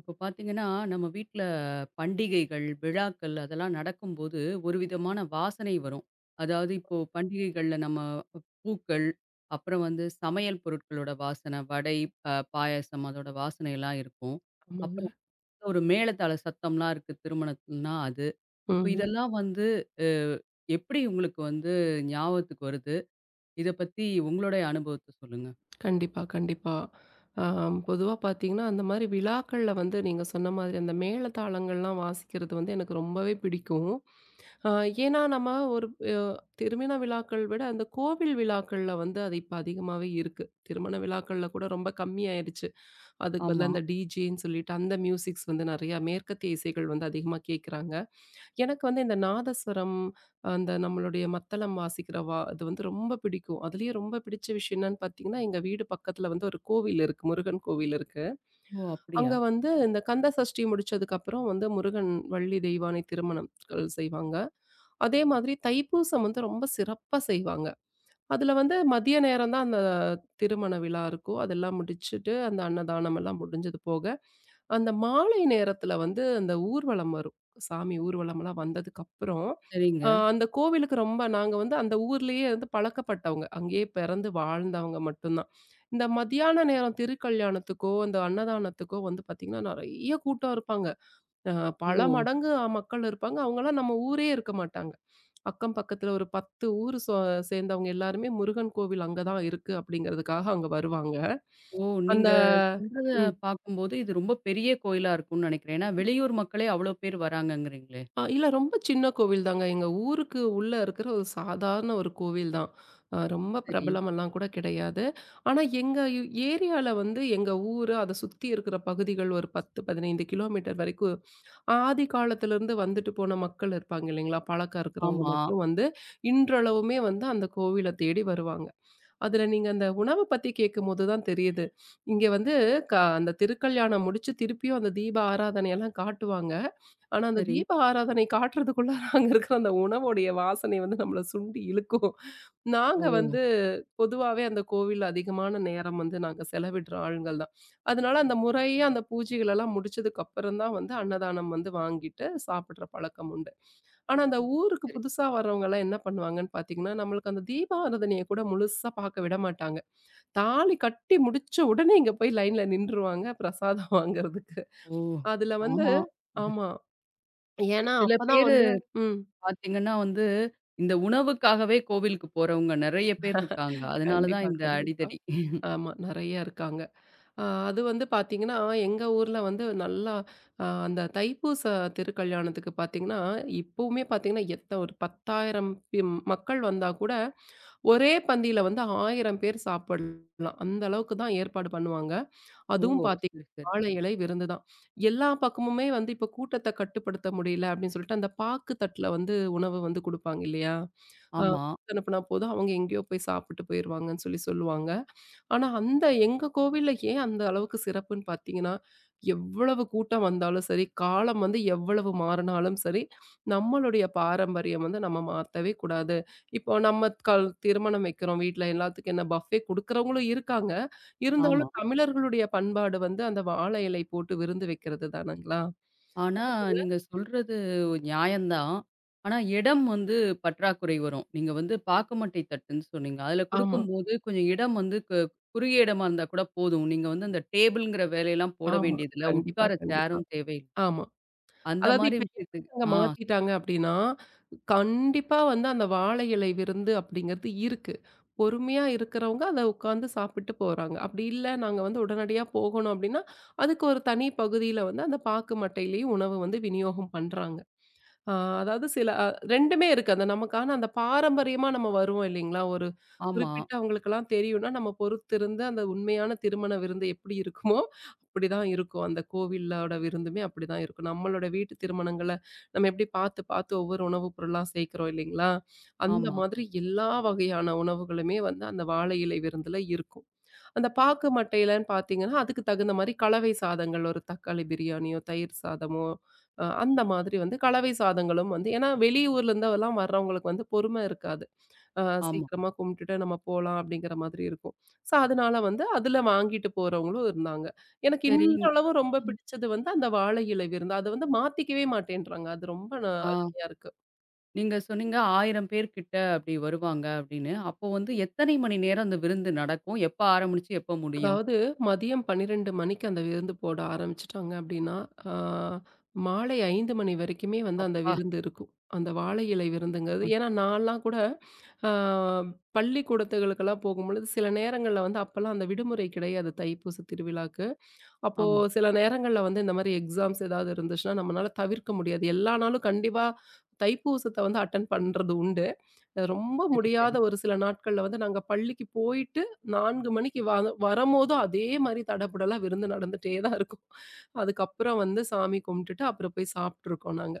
இப்போ பார்த்தீங்கன்னா, நம்ம வீட்ல பண்டிகைகள், விழாக்கள் அதெல்லாம் நடக்கும்போது, ஒரு விதமான வாசனை வரும். அதாவது இப்போ பண்டிகைகள்ல நம்ம பூக்கள், அப்புறம் வந்து சமையல் பொருட்களோட வாசனை, வடை, பாயாசம் அதோட வாசனைலாம் இருக்கும். ஆமாங்க. அப்புறம் வந்து ஒரு மேளதாள சத்தம்லாம் இருக்கு திருமணத்துலனா அது. இப்போ ம்ஹ்ம். இதெல்லாம் வந்து அ எப்படி உங்களுக்கு வந்து ஞாபகத்துக்கு வருது? இத பத்தி உங்களுடைய அனுபவத்த சொல்லுங்க. கண்டிப்பா, கண்டிப்பா. ஆ பொதுவா பார்த்தீங்கன்னா, அந்த மாரி விழாக்கள்ல வந்து நீங்க சொன்ன மாதிரி அந்த மேளதாளங்கள்லாம் வாசிக்கிறது வந்து எனக்கு ரொம்பவே பிடிக்கும். ஆ ஏன்னா நம்ம ஒரு அ திருமண விழாக்கள் விட அந்த கோவில் விழாக்கள்ல வந்து அது இப்ப அதிகமாவே இருக்கு. திருமண விழாக்கள்ல கூட ரொம்ப கம்மியாயிருச்சு. அதுக்கு பதிலா ஆமா. இந்த டிஜேன்னு சொல்லிட்டு அந்த மியூசிக்ஸ் வந்து நெறையா மேற்கத்திய இசைகள் வந்து அதிகமா கேட்குறாங்க. எனக்கு வந்து இந்த நாதஸ்வரம், அந்த நம்மளுடைய மத்தளம் வாசிக்கிற வா அது வந்து ரொம்ப பிடிக்கும். அதுலயும் ரொம்ப பிடிச்ச விஷயம் என்னன்னு பார்த்தீங்கன்னா, எங்க வீடு பக்கத்துல வந்து ஒரு கோவில் இருக்கு. முருகன் கோவில் இருக்கு. ஓ! அங்க அப்படியா? வந்து இந்த கந்த சஷ்டி முடிச்சதுக்கப்புறம் வந்து முருகன், வள்ளி தெய்வானை திருமணங்கள் செய்வாங்க. அதே மாதிரி தைப்பூசம் வந்து ரொம்ப சிறப்பா செய்வாங்க. அதுல வந்து மதிய நேரம் தான் அந்த திருமண விழா இருக்கும். அதெல்லாம் முடிச்சுட்டு அந்த அன்னதானம் எல்லாம் முடிஞ்சது போக அந்த மாலை நேரத்துல வந்து அந்த ஊர்வலம் வரும். சாமி ஊர்வலம்லாம் வந்ததுக்கப்புறம், சரிங்க. அந்த கோவிலுக்கு ரொம்ப நாங்க வந்து அந்த ஊர்லயே வந்து பழக்கப்பட்டவங்க. அங்கேயே பிறந்து வாழ்ந்தவங்க மட்டும்தான். இந்த மதியான நேரம் திருக்கல்யாணத்துக்கோ, இந்த அன்னதானத்துக்கோ வந்து பார்த்தீங்கன்னா, நெறைய கூட்டம் இருப்பாங்க. அ பல ஓ! மடங்கு மக்கள் இருப்பாங்க. அவங்கலாம் நம்ம ஊரே இருக்க மாட்டாங்க. அக்கம் பக்கத்துல ஒரு 10 ஊர் சேர்ந்தவங்க எல்லாருமே முருகன் கோவில் அங்க தான் இருக்கு அப்படிங்கிறதுக்காக அங்க வருவாங்க. ஓ! அந்த நீங்க சொல்றத ம். பார்க்கும்போது, இது ரொம்ப பெரிய கோயிலா இருக்கும்னு நினைக்கிறேன். ஏன்னா, வெளியூர் மக்களே அவ்வளோ பேர் வராங்கங்கிறீங்களே. இல்ல ரொம்ப சின்ன கோவில் தாங்க. எங்க ஊருக்கு உள்ள இருக்கிற ஒரு சாதாரண ஒரு கோவில் தான். ரொம்ப சரி. பிரபலமெல்லாம் கூட கிடையாது. ஆனா எங்க ஏரியால வந்து எங்க ஊரு, அத சுத்தி இருக்கிற பகுதிகள் ஒரு 10, 15 கிலோமீட்டர் வரைக்கும் ஆதி காலத்திலருந்து வந்துட்டு போன மக்கள் இருப்பாங்க இல்லைங்களா? பழக்கம் இருக்கிறவங்க ஆமா. மட்டும் வந்து இன்றளவுமே வந்து அந்த கோவில தேடி வருவாங்க. அதுல நீங்க அந்த உணவ பத்தி கேட்கும்போது தான் தெரியுது. இங்க வந்து அந்த திருக்கல்யாணம் முடிச்சு திருப்பியும் அந்த தீப ஆராதனையெல்லாம் காட்டுவாங்க. ஆனா, அந்த சரி. தீப ஆராதனை காட்டுறதுக்குள்ள அங்க இருக்கிற அந்த உணவுடைய வாசனை வந்து நம்மள சுண்டி இழுக்கும். நாங்க ஓ! வந்து பொதுவாவே அந்த கோவில்ல அதிகமான நேரம் வந்து நாங்க செலவிடுற ஆளுங்கள் தான். அதனால அந்த முறையா அந்த பூஜைகள் எல்லாம் முடிச்சதுக்கு அப்புறம் தான் வந்து அன்னதானம் வந்து வாங்கிட்டு சாப்பிடுற பழக்கம் உண்டு. ஆனா, அந்த ஓ! ஊருக்கு சரி. புதுசா வர்றவங்கலாம் என்ன பண்ணுவாங்கன்னு பார்த்தீங்கன்னா, நம்மளுக்கு அந்த தீபாராதனைய கூட முழுசா பார்க்க விட மாட்டாங்க. தாலி கட்டி முடிச்ச உடனே இங்க போய் லைன்ல நின்றுவாங்க பிரசாதம் வாங்குறதுக்கு. ஓ! அதுல வந்து ஆமா. ஆமா. ஏன்னா, சில அப்பதான் பேரு வந்து ம். பார்த்தீங்கன்னா வந்து, இந்த உணவுக்காகவே கோவிலுக்கு போறவங்க நெறைய பேர் இருக்காங்க. அதனால தான் கண்டிப்பா, இந்த கண்டிப்பா. அடிதடி. ஆமா, நெறைய இருக்காங்க. அது வந்து பார்த்தீங்கன்னா, எங்க ஊர்ல வந்து நல்லா அந்த தைப்பூச திருக்கல்யாணத்துக்கு பார்த்தீங்கன்னா, இப்பவுமே பார்த்தீங்கன்னா, எத்த ஒரு 10,000 மக்கள் வந்தா கூட, ஒரே பந்தியில வந்து 1000 பேர் சாப்பிடலாம். அந்த அளவுக்கு தான் ஏற்பாடு பண்ணுவாங்க. ஓ! அதுவும் பார்த்தீங்கன்னா, சரி, சரி. வாழை இலை விருந்து தான். எல்லா பக்கமுமே வந்து இப்ப கூட்டத்த கட்டுப்படுத்த முடியல அப்படின்னு சொல்லிட்டு, அந்த பாக்கு தட்டுல வந்து உணவு வந்து குடுப்பாங்க இல்லையா? அ ஆமா, அனுப்புனா போதும், அவங்க எங்கேயோ போய் சாப்பிட்டு போயிருவாங்கன்னு சொல்லி சொல்லுவாங்க. ஆனா, அந்த எங்க கோவில்ல ஏன் அந்த அளவுக்கு சிறப்புன்னு பார்த்தீங்கன்னா, எவ்வளவு கூட்டம் வந்தாலும் சரி, காலம் வந்து எவ்வளவு மாறினாலும் சரி, நம்மளுடைய பாரம்பரியம் வந்து நம்ம மாத்தவே கூடாது. இப்போ நம்ம கல் திருமணம் வைக்கிறோம் வீட்ல எல்லாத்துக்கும் என்ன பஃபே குடுக்குறவங்களும் இருக்காங்க. ஆமா. இருந்தாலும் தமிழர்களுடைய பண்பாடு வந்து அந்த வாழை இலை போட்டு விருந்து வைக்கிறது தானங்களா? ஆனா, நீங்க சொல்றது நியாயந்தான். ஆனா, இடம் வந்து பற்றாக்குறை வரும். நீங்க வந்து பாக்குமட்டை தட்டுன்னு சொன்னீங்க. அதுல ஆமா, குடுக்கும்போது கொஞ்சம் இடம் வந்து குறுகிய இடமா இருந்தா கூட போதும். நீங்க வந்து அந்த டேபிள்ங்கிற வேலையெல்லாம் போட ஆமா. வேண்டியதில்ல. கண்டிப்பா, உட்கார கண்டிப்பா. சேரும் தேவையில்ல. ஆமா. அந்த அதாவது மாரி இப்ப எப்படி விஷயத்துக்கு அங்க ஆ, மாத்திட்டாங்க அப்டின்னா, கண்டிப்பா வந்து அந்த வாழை இலை விருந்து அப்படிங்கிறது இருக்கு. பொறுமையா இருக்கிறவங்க அத உட்கார்ந்து சாப்பிட்டு போறாங்க. அப்படி இல்ல நாங்க வந்து உடனடியா போகணும் அப்படின்னா, அதுக்கு ஒரு தனி பகுதியில வந்து அந்த பாக்கு மட்டையிலேயும் உணவு வந்து விநியோகம் பண்றாங்க. ஆ அதாவது சில 2மே இருக்கு. அந்த நமக்கான அந்த பாரம்பரியமா நம்ம வருவோம் இல்லைங்களா? ஒரு ஆமா, குறிப்பிட்ட அவங்களுக்கெல்லாம் தெரியும்னா, நம்ம பொறுத்திருந்து அந்த உண்மையான திருமண விருந்து எப்படி இருக்குமோ, அப்படிதான் இருக்கும். அந்த கோவிலோட விருந்துமே அப்படிதான் இருக்கும். நம்மளோட வீட்டு திருமணங்கள நம்ம எப்படி பார்த்து பார்த்து ஒவ்வொரு உணவு பொருளா சேர்க்கிறோம் இல்லைங்களா? அந்த ஆமா, மாதிரி எல்லா வகையான உணவுகளுமே வந்து அந்த வாழை இலை விருந்துல இருக்கும். அந்த பாக்கு மட்டையிலன்னு பார்த்தீங்கன்னா, அதுக்கு தகுந்த மாரி கலவை சாதங்கள் ஒரு தக்காளி பிரியாணியோ, தயிர் சாதமோ, அந்த மாதிரி வந்து கலவை சாதங்களும் வந்து ஏன்னா வெளியூர்லேருந்துலாம் வர்றவங்களுக்கு வந்து பொறுமை இருக்காது. அ ஆமா. சீக்கிரமா கும்பிட்டுட்டு நம்ம போலாம் அப்படிங்கிற மாதிரி இருக்கும். ஸோ, அதனால வந்து அதில வாங்கிட்டு போறவங்களும் இருந்தாங்க. எனக்கு சரி. இன்றளவும் ரொம்ப ம். பிடிச்சது வந்து அந்த வாழை இலை விருந்து. அத வந்து மாத்திக்கவே மாட்டேன்றாங்க. அது ரொம்ப ந ஆ அருமையா இருக்கு. நீங்க சொன்னீங்க 1000 பேர்கிட்ட அப்படி வருவாங்க அப்படின்னு. அப்போ வந்து எத்தனை மணி நேரம் அந்த விருந்து நடக்கும்? எப்ப ஆரம்பிச்சு எப்ப முடியும்? அதாவது மதியம் 12 மணிக்கு அந்த விருந்து போட ஆரம்பிச்சுட்டாங்க அப்படின்னா, ஆ மாலை 5 மணி வரைக்குமே வந்து அந்த அப்பா! விருந்து இருக்கும். அந்த வாழை இலை விருந்துங்கிறது அ ஏன்னா நான்லாம் கூட ஆ பள்ளிக்கூடத்துகளுக்கெல்லாம் போகும்பொழுது சில நேரங்கள்ல வந்து அப்பலாம் அந்த விடுமுறை கிடையாது தைப்பூச திருவிழாக்கு. அப்போ ஆமா. சில நேரங்கள்ல வந்து இந்த மாரி எக்ஸாம்ஸ் ஏதாவது இருந்துச்சுன்னா, நம்மனால தவிர்க்க முடியாது. எல்லா நாளும் கண்டிப்பா தைப்பூசத்த வந்து அட்டெண்ட் பண்றது உண்டு. ரொம்ப சரி, முடியாத சரி. ஒரு சில நாட்கள்ல வந்து நாங்க பள்ளிக்கு போயிட்டு 4 மணிக்கு வரம்போதும் அதே மாரி தடபுடலா விருந்து நடந்துட்டே தான் இருக்கும். அதுக்கப்புறம் வந்து சாமி கும்பிட்டுட்டு அப்புறம் போய் சாப்ட்டுருக்கோம் நாங்க.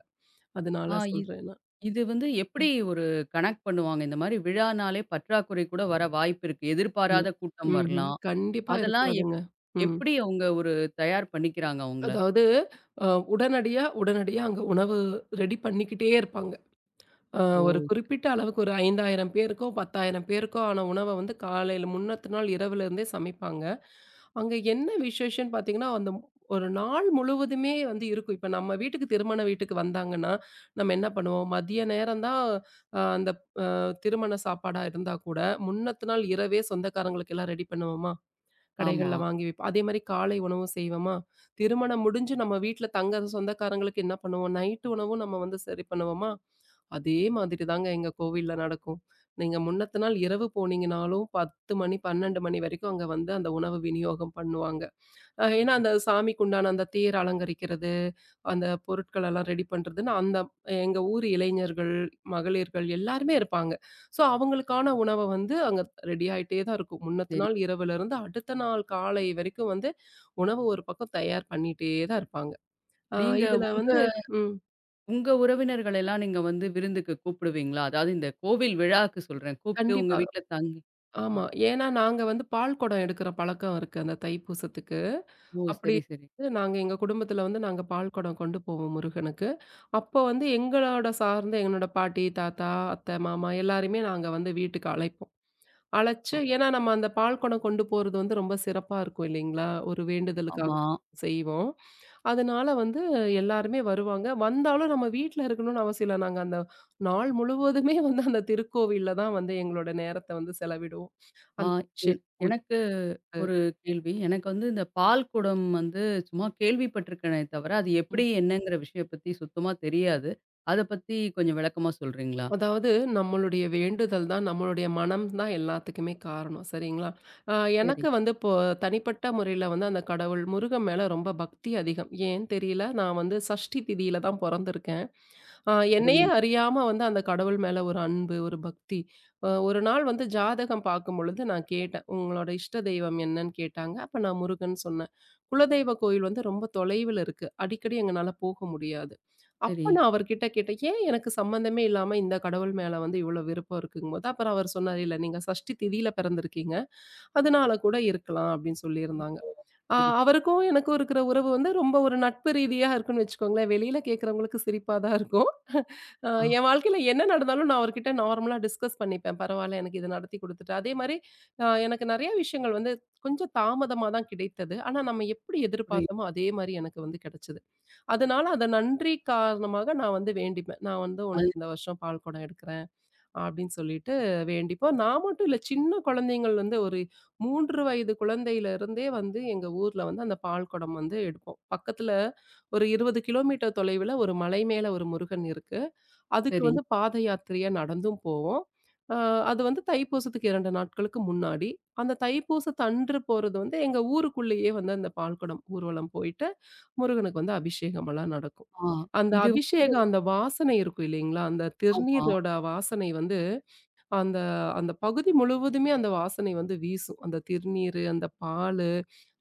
அதனால ஆ இ சொல்றேன் நான். இது வந்து எப்படி ஒரு கனெக்ட் பண்ணுவாங்க? இந்த மாரி விழானாலே பற்றாக்குறை கூட வர வாய்ப்பு இருக்கு. இல்ல. எதிர்பாராத கூட்டம் ம்ஹ்ம். வரலாம். கண்டிப்பா அதெல்லாம் இருக்காதுங்க. ம். எப்படி அவங்க ஒரு தயார் பண்ணிக்கிறாங்க அவங்கள? அதாவது அ உடனடியா உடனடியா அங்க உணவு ரெடி பண்ணிக்கிட்டே இருப்பாங்க. அ ஓ! ஒரு குறிப்பிட்ட அளவுக்கு ஒரு 5,000 பேருக்கோ, 10,000 பேருக்கோ ஆன உணவ வந்து காலையில முன்னத்த நாள் இரவுல இருந்தே சமைப்பாங்க. அங்க என்ன விசேஷம்ன்னு பார்த்தீங்கன்னா, ஒரு நாள் முழுவதுமே வந்து இருக்கும். இப்ப நம்ம வீட்டுக்கு திருமண வீட்டுக்கு வந்தாங்கன்னா, நம்ம என்ன பண்ணுவோம்? மதிய நேரம் தான் அந்த திருமண சாப்பாடா இருந்தா கூட, முன்னத்த நாள் இரவே சொந்தக்காரங்களுக்கு எல்லாம் ரெடி பண்ணுவோமா, ஆமா. கடைகள்ல வாங்கி வைப்போம். அதேமாரி காலை உணவும் செய்வோமா, திருமணம் முடிஞ்சு நம்ம வீட்ல தங்குற சொந்தக்காரங்களுக்கு என்ன பண்ணுவோம்? நைட்டு உணவும் நம்ம வந்து சரி பண்ணுவோமா, அதே மாதிரி தாங்க எங்க கோவில்ல நடக்கும். நீங்க முன்னத்த நாள் இரவு போனீங்கனாலும் 10 மணி, 12 மணி வரைக்கும் அங்க வந்து அந்த உணவு விநியோகம் பண்ணுவாங்க. ஏன்னா அந்த சாமிக்கு உண்டான அந்த தேர் அலங்கரிக்கிறது, அந்த பொருட்கள் எல்லாம் ரெடி பண்றதுன்னு அந்த எங்க ஊர் இளைஞர்கள், மகளிர்கள் எல்லாருமே இருப்பாங்க. ஸோ அவங்களுக்கான உணவ வந்து அங்க ரெடி ஆயிட்டே தான் இருக்கும். முன்னத்த சரி. நாள் இரவுலருந்து அடுத்த நாள் காலை வரைக்கும் வந்து உணவு ஒரு பக்கம் தயார் பண்ணிட்டே தான் இருப்பாங்க. அ நீங்க இதுல உங்க வந்து ம். உங்க உறவினர்கள் எல்லாம் நீங்க வந்து விருந்துக்கு கூப்பிடுவீங்களா? அதாவது இந்த கோவில் விழாக்கு சொல்றேன். கூப்ட்டு உங்க கண்டிப்பா. வீட்ல தங்கி ஆ. ஆமா. ஏன்னா நாங்க வந்து பால் குடம் எடுக்கிற பழக்கம் இருக்கு அந்த தைப்பூசத்துக்கு. ஓ! அப்படி சரி, சரி. வந்து நாங்க எங்க குடும்பத்தில வந்து நாங்க பால் குடம் கொண்டு போவோம் முருகனுக்கு. அப்போ வந்து எங்களோட சார்ந்த என்னோட பாட்டி, தாத்தா, அத்தை, மாமா எல்லாரையுமே நாங்க வந்து வீட்டுக்கு அழைப்போம். அழைச்சு ஆ ஏன்னா நம்ம அந்த பால் குடம் கொண்டு போறது வந்து ரொம்ப சிறப்பா இருக்கும் இல்லைங்களா? ஒரு வேண்டுதலுக்காக ஆமா. செய்வோம். அதனால வந்து எல்லாருமே வருவாங்க. வந்தாலும் நம்ம வீட்ல இருக்கணும்னு அவசியம் இல்ல. நாங்க அந்த நாள் முழுவதுமே வந்து அந்த திருக்கோவில்ல தான் வந்து எங்களோட நேரத்த வந்து செலவிடுவோம். ஆ அந்த என் அபிஷேக பூஜ எனக்கு ஒரு கேள்வி. எனக்கு வந்து இந்த பால் குடம் வந்து சும்மா கேள்விப்பட்டுருக்கேனே தவிர, அது ம். எப்படி என்னங்கிற விஷயம் பத்தி சுத்தமா தெரியாது. அத பத்தி கொஞ்சம் விளக்கமா சொல்றீங்களா? அதாவது நம்மளுடைய வேண்டுதல் தான், நம்மளுடைய மனம் தான் எல்லாத்துக்குமே காரணம். சரிங்களா? அ சரி. எனக்கு வந்து இப்போ தனிப்பட்ட முறையில வந்து அந்த கடவுள் முருகன் மேல ரொம்ப பக்தி அதிகம். ஏன் தெரியல. நான் வந்து சஷ்டி திதியில தான் பொறந்திருக்கேன். என்னையே அருமை. அறியாம வந்து அந்த கடவுள் மேல ஒரு அன்பு, ஒரு பக்தி. ஒரு நாள் வந்து ஜாதகம் பார்க்கும்பொழுது நான் கேட்டேன். "உங்களோட இஷ்ட தெய்வம் என்னன்னு?" கேட்டாங்க. அப்ப நான் முருகன் சொன்னேன். குலதெய்வ கோயில் வந்து ரொம்ப தொலைவுல இருக்கு. அடிக்கடி எங்கனால போக முடியாது. சரி. அப்ப நான் அவர்கிட்ட கேட்டேன், "ஏன் எனக்கு சம்மந்தமே இல்லாம இந்த கடவுள் மேல வந்து இவ்ளோ விருப்பம் இருக்குங்கும்போது?" அப்புறம் அவர் சொன்னாரு, "இல்ல நீங்க சஷ்டி திதியில பிறந்திருக்கீங்க. அதனால கூட இருக்கலாம்." அப்படின்னு ம். சொல்லியிருந்தாங்க. சரி, சரி. அவருக்கும் எனக்கும் இருக்கிற உறவு வந்து ரொம்ப ஒரு நட்பு ரீதியா இருக்குன்னு வச்சுக்கோங்களேன். வெளியில கேட்கிறவங்களுக்கு சிரிப்பா தான் இருக்கும். அ ஆ என் வாழ்க்கையில என்ன நடந்தாலும் நான் அவர்கிட்ட நார்மலா டிஸ்கஸ் பண்ணிப்பேன். பரவால்ல எனக்கு இத நடத்தி குடுத்துட்டா. அதே மாரி எனக்கு நெறைய விஷயங்கள் வந்து கொஞ்சம் தாமதமா தான் கிடைத்தது. ஆனா நம்ம எப்படி புரியுது. எதிர்பார்த்தோமோ அதே மாரி எனக்கு வந்து கிடைச்சது. அதனால அத நன்றி காரணமாக நான் வந்து வேண்டிப்பேன். நான் வந்து அது உனக்கு இந்த வருஷம் பால்குடம் எடுக்கிறேன். அப்படின்னு சொல்லிட்டு வேண்டிப்போம். நான் மட்டும் இல்ல, சின்ன குழந்தைங்கள் வந்து ஒரு 3 வயது குழந்தையிலிருந்தே வந்து எங்க ஊர்ல வந்து அந்த பால் குடம் வந்து எடுப்போம். பக்கத்துல ஒரு 20 கிலோமீட்டர் தொலைவுல ஒரு மலை மேல ஒரு முருகன் இருக்கு. அதுக்கு சரி. வந்து பாத யாத்திரையா நடந்தும் போவோம். அ அது வந்து தைப்பூசத்துக்கு 2 நாட்களுக்கு முன்னாடி. அந்த தைப்பூசத்தன்று போறது வந்து எங்க ஊருக்குள்ளேயே வந்து அந்த பால் குடம் ஊர்வலம் போயிட்டு, முருகனுக்கு வந்து அபிஷேகமெல்லாம் நடக்கும். ஆ அந்த இது வந்து அபிஷேகம் அந்த வாசனை இருக்கும் இல்லைங்களா? அந்த ஆமா. திருநீரோட வாசனை வந்து அந்த அந்த பகுதி முழுவதுமே அந்த வாசனை வந்து வீசும். அந்த திருநீரு, அந்த பாலு,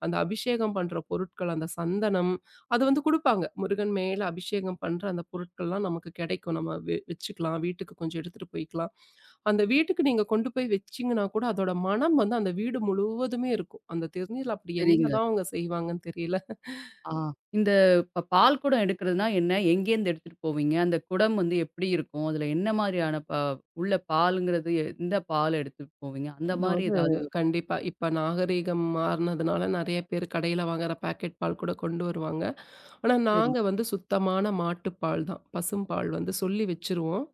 அந்த அபிஷேகம் பண்ற பொருட்கள், அந்த சந்தனம், அது வந்து குடுப்பாங்க. முருகன் மேல அபிஷேகம் பண்ற அந்த பொருட்கள்லாம் நமக்கு கிடைக்கும். நம்ம வச்சுக்கலாம். வீட்டுக்கு கொஞ்சம் எடுத்துட்டு போய்க்கலாம். அந்த வீட்டுக்கு நீங்க கொண்டு போய் வச்சீங்கன்னா கூட, அதோட மனம் வந்து அந்த வீடு முழுவதுமே இருக்கும். அந்த திருநீர்ல அப்படி சரிங்க. என்னதான் அவங்க செய்வாங்கன்னு தெரியல. ஆ இந்த பால் குடம் எடுக்கிறதுனா என்ன? எங்கேருந்து எடுத்துட்டு போவீங்க? அந்த குடம் வந்து எப்படி இருக்கும்? அதில என்ன மாரியான உள்ள பாலுங்கிறது எந்த பால் எடுத்துட்டு போவீங்க? அந்த மாரி அதாவது ஏதாவது கண்டிப்பா. இப்ப நாகரீகம் மாறுனதுனால நெறைய பேர் கடையில வாங்குற பாக்கெட் பால் கூட கொண்டு வருவாங்க. ஆனா, சரி. நாங்க வந்து சுத்தமான மாட்டுப்பால் தான். பசும்பால் வந்து சொல்லி வச்சுருவோம்.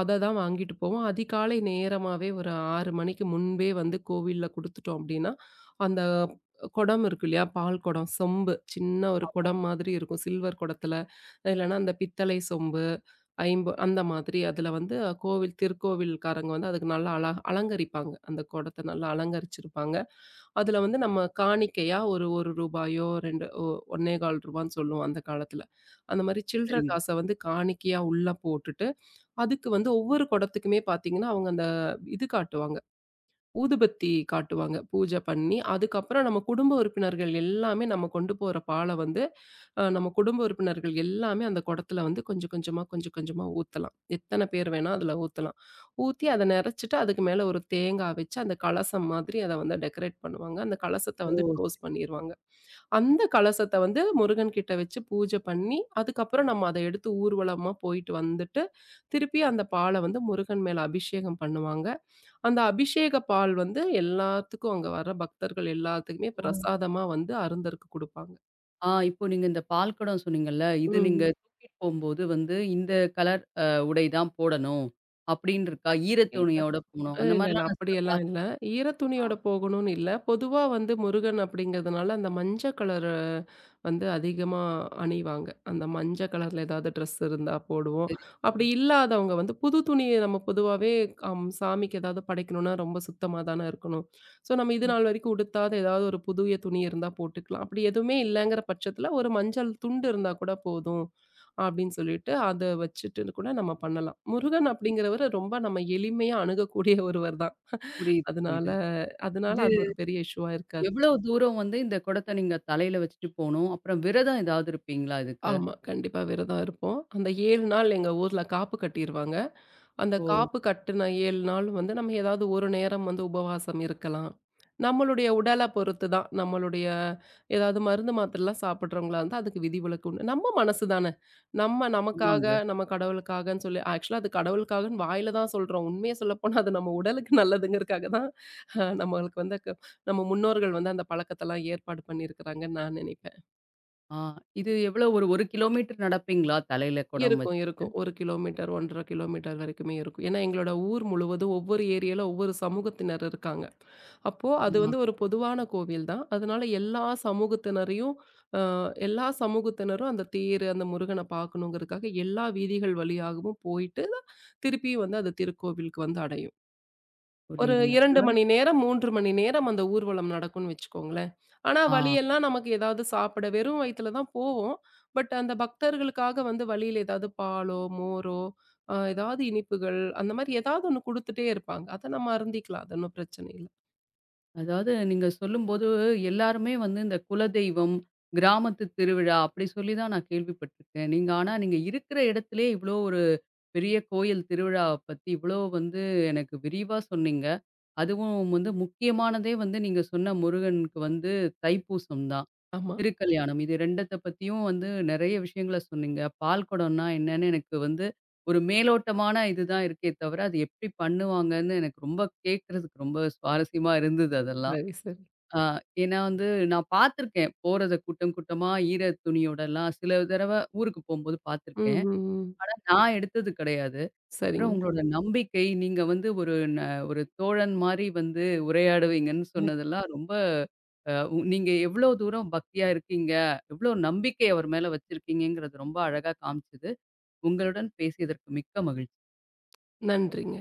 அத தான் வாங்கிட்டு போவோம். அதிகாலை நேரமாவே ஒரு 6 மணிக்கு முன்பே வந்து கோவில்ல குடுத்துட்டோம் அப்படின்னா, அந்த குடம் இருக்கு இல்லையா? பால் குடம், சொம்பு சின்ன ஒரு ஆமா. குடம் மாதிரி இருக்கும். சில்வர் குடத்துல, இல்லைன்னா அந்த பித்தளை சொம்பு, ஐம்பு அந்த மாதிரி அதில வந்து கோவில் திருக்கோவில்காரங்க வந்து அதுக்கு நல்லா அலங்கரிப்பாங்க. அந்த குடத்த நல்லா அலங்கரிச்சிருப்பாங்க. அதுல வந்து நம்ம காணிக்கையா ஒரு ரூ. 1 2 ரூ. 1.25ன்னு சொல்லுவோம் அந்த காலத்துல. அந்த மாரி சில்ற சரிங்க. காச வந்து காணிக்கையா உள்ள போட்டுட்டு, அதுக்கு வந்து ஒவ்வொரு குடத்துக்குமே பார்த்தீங்கன்னா, அவங்க அந்த இது காட்டுவாங்க. ஊதுபத்தி காட்டுவாங்க. பூஜை பண்ணி, அதுக்கப்புறம் நம்ம குடும்ப உறுப்பினர்கள் எல்லாமே நம்ம கொண்டு போற பால வந்து, நம்ம குடும்ப உறுப்பினர்கள் எல்லாமே அந்த குடத்துல வந்து கொஞ்சம் கொஞ்சமா, கொஞ்சம் கொஞ்சமா ஊத்தலாம். எத்தன பேர் வேணா அதுல ஊத்தலாம். ஊத்தி அத நெறச்சுட்டு, அதுக்கு மேல ஒரு தேங்காய் வச்சு, அந்த கலசம் மாதிரி அத வந்து டெக்கரேட் பண்ணுவாங்க. அந்த கலசத்த ஓ! வந்து க்ளோஸ் பண்ணிருவாங்க. அந்த கலசத்த வந்து முருகன் கிட்ட வச்சு பூஜை பண்ணி, அதுக்கப்புறம் நம்ம அத எடுத்து ஊர்வலமா போயிட்டு வந்துட்டு, திருப்பி அந்த பால வந்து முருகன் மேல அபிஷேகம் பண்ணுவாங்க. அந்த அபிஷேக பால் வந்து எல்லாத்துக்கும் அங்க வர பக்தர்கள் எல்லாத்துக்குமே ஓ! பிரசாதமா வந்து அருந்தருக்கு குடுப்பாங்க. இப்போ நீங்க இந்த பால் குடம் சொன்னீங்கல்ல, இது நீங்க ம். தூக்கிட்டு போம்போது வந்து இந்த கலர் உடை தான் போடணும் அப்படின்னு இருக்கா? இல்ல ஈரத்துணியோட போணும். அந்த இல்ல, இல்ல. மாரிலாம் நான் சில அப்படியெல்லாம் இல்ல. பார்த்துருக்கேன். ஈர ஆ துணியோட போகணும்னு இல்ல. பொதுவா வந்து முருகன் அப்படிங்கிறதுனால, அந்த மஞ்ச கலரு வந்து அதிகமா அணிவாங்க. அந்த மஞ்ச கலர்ல ஏதாவது ட்ரெஸ் இருந்தா போடுவோம். சரி. அப்படி ம். இல்லாதவங்க வந்து புது துணிய நம்ம பொதுவாவே அம் சாமிக்கு ஏதாவது படைக்கணும்னா, ரொம்ப சுத்தமா தானே இருக்கணும். ஸோ நம்ம இது ம். நாள் வரைக்கும் உடுத்தாத ஏதாவது ஒரு புதிய துணி இருந்தா போட்டுக்கலாம். அப்படி எதுவுமே இல்லங்கிற பட்சத்தில, ஒரு மஞ்சள் துண்டு இருந்தா கூட போதும். அப்படின்னு சொல்லிட்டு அத வச்சுட்டு கூட நம்ம பண்ணலாம். முருகன் அப்படிங்கிறவரு ரொம்ப நம்ம எளிமையா அணுகக்கூடிய ஒருவர் தான். புரியுது, அதனால புரியுது. அதனால இது அது ஒரு பெரிய இஷ்யூவா இருக்காது. எவ்வளோ தூரம் வந்து இந்த குடத்த நீங்க தலையில வச்சுட்டு போணும்? அப்புறம் விரதம் ஏதாவது இருப்பீங்களா இதுக்கு? ஆமா. கண்டிப்பா விரதம் இருப்போம். அந்த 7 நாள் எங்க ஊர்ல காப்பு கட்டிருவாங்க. அந்த ஓ! காப்பு கட்டுன 7 நாள் வந்து நம்ம ஏதாவது ஒரு நேரம் வந்து உபவாசம் இருக்கலாம். நம்மளுடைய உடல பொறுத்து தான். நம்மளுடைய ஏதாவது மருந்து மாத்திரைலாம் சாப்பிடுறவங்களா இருந்தா அதுக்கு விதிவிலக்கு உண்டு. நம்ம மனசு தானே. நம்ம நமக்காக, ஆமாங்க. நம்ம கடவுளுக்காகன்னு சொல்லி ஆக்சுவலா அது கடவுளுக்காகன்னு வாயில தான் சொல்றோம். உண்மைய சொல்லப்போனா அது நம்ம உடலுக்கு நல்லதுங்கிறதுக்காக தான், நம்மளுக்கு வந்து க நம்ம முன்னோர்கள் வந்து அந்த பழக்கத்தெல்லாம் ஏற்பாடு பண்ணியிருக்கிறாங்கன்னு நான் நினைப்பேன். ஆ இது எவ்வளோ ஒரு 1 கிலோமீட்டர் நடப்பீங்களா தலையில குடம் இருக்கும், வச்சு? இருக்கும். 1 கிலோமீட்டர், 1 1/2 கிலோமீட்டர் வரைக்குமே இருக்கும். ஏன்னா எங்களோட ஊர் முழுவதும் ஒவ்வொரு ஏரியால ஒவ்வொரு சமூகத்தினர் இருக்காங்க. அப்போ அது ஆமா, வந்து ஒரு பொதுவான கோவில் தான். அதனால எல்லா சமூகத்தினரையும் எல்லா சமூகத்தினரும் அந்த தேர், அந்த முருகன பார்க்கணுங்கிறதுக்காக எல்லா வீதிகள் வழியாகவும் போயிட்டு, திருப்பியும் வந்து அது திருக்கோவிலுக்கு வந்து அடையும். ஒரு புரியுதுங்க. 2 அதாவது மணி நேரம், 3 மணி நேரம் அந்த ஊர்வலம் நடக்கும்னு வச்சுக்கோங்களேன். ஆனா ஆ. வழியெல்லாம் நமக்கு ஏதாவது சாப்பிட வெறும் வயித்துல தான் போவோம். பட் அந்த பக்தர்களுக்காக வந்து வழியில ஏதாவது பாலோ, மோரோ, ஏதாவது இனிப்புகள் அந்த மாரி ஏதாவது ஒண்ணு குடுத்துட்டே இருப்பாங்க. அத நம்ம அருந்திக்கலாம். அது ஒண்ணும் பிரச்சனை இல்ல. அதாவது நீங்க சொல்லும்போது, எல்லாருமே வந்து இந்த குலதெய்வம், கிராமத்து திருவிழா அப்படி சொல்லி தான் நான் கேள்விப்பட்டுருக்கேன். ஆனா நீங்க இருக்கிற இடத்திலேயே இவ்வளோ ஒரு பெரிய கோயில் திருவிழாவ பத்தி இவ்வளோ வந்து எனக்கு விரிவா சொன்னீங்க. அதுவும் வந்து முக்கியமானதே வந்து நீங்க சொன்ன முருகனுக்கு வந்து தைப்பூசம் தான். ஆமா. திருக்கல்யாணம் இது 2த்த பத்தியும் வந்து நெறைய விஷயங்கள சொன்னீங்க. பால் குடம்னா என்னன்னு எனக்கு வந்து ஒரு மேலோட்டமான இதுதான் இருக்கே தவிர, அது எப்படி பண்ணுவாங்கன்னு எனக்கு ரொம்ப கேட்கறதுக்கு ரொம்ப சுவாரஸ்யமா இருந்தது அதெல்லாம். சரி, சரி. ஆ, ஏன்னா வந்து நான் பார்த்துருக்கேன். போறத கூட்டம் கூட்டமா ஈர துணியோடலாம் சில தடவ ஊருக்கு போம்போது ம், பார்த்துருக்கேன். ம், ம். ஆனா நான் எடுத்தது கிடையாது. அப்புறம் சரிங்க. உங்களோட நம்பிக்கை, நீங்க வந்து ஒரு தோழன் மாரி வந்து உரையாடுவீங்கன்னு சொன்னதெல்லாம் ரொம்ப அ உ நீங்க எவ்ளோ தூரம் பக்தியா இருக்கீங்க, எவ்ளோ நம்பிக்கை அவர் மேல வச்சிருக்கீங்கங்கிறது ரொம்ப அழகா காமிச்சது. உங்களுடன் பேசியதற்கு மிக்க மகிழ்ச்சி. நன்றிங்க.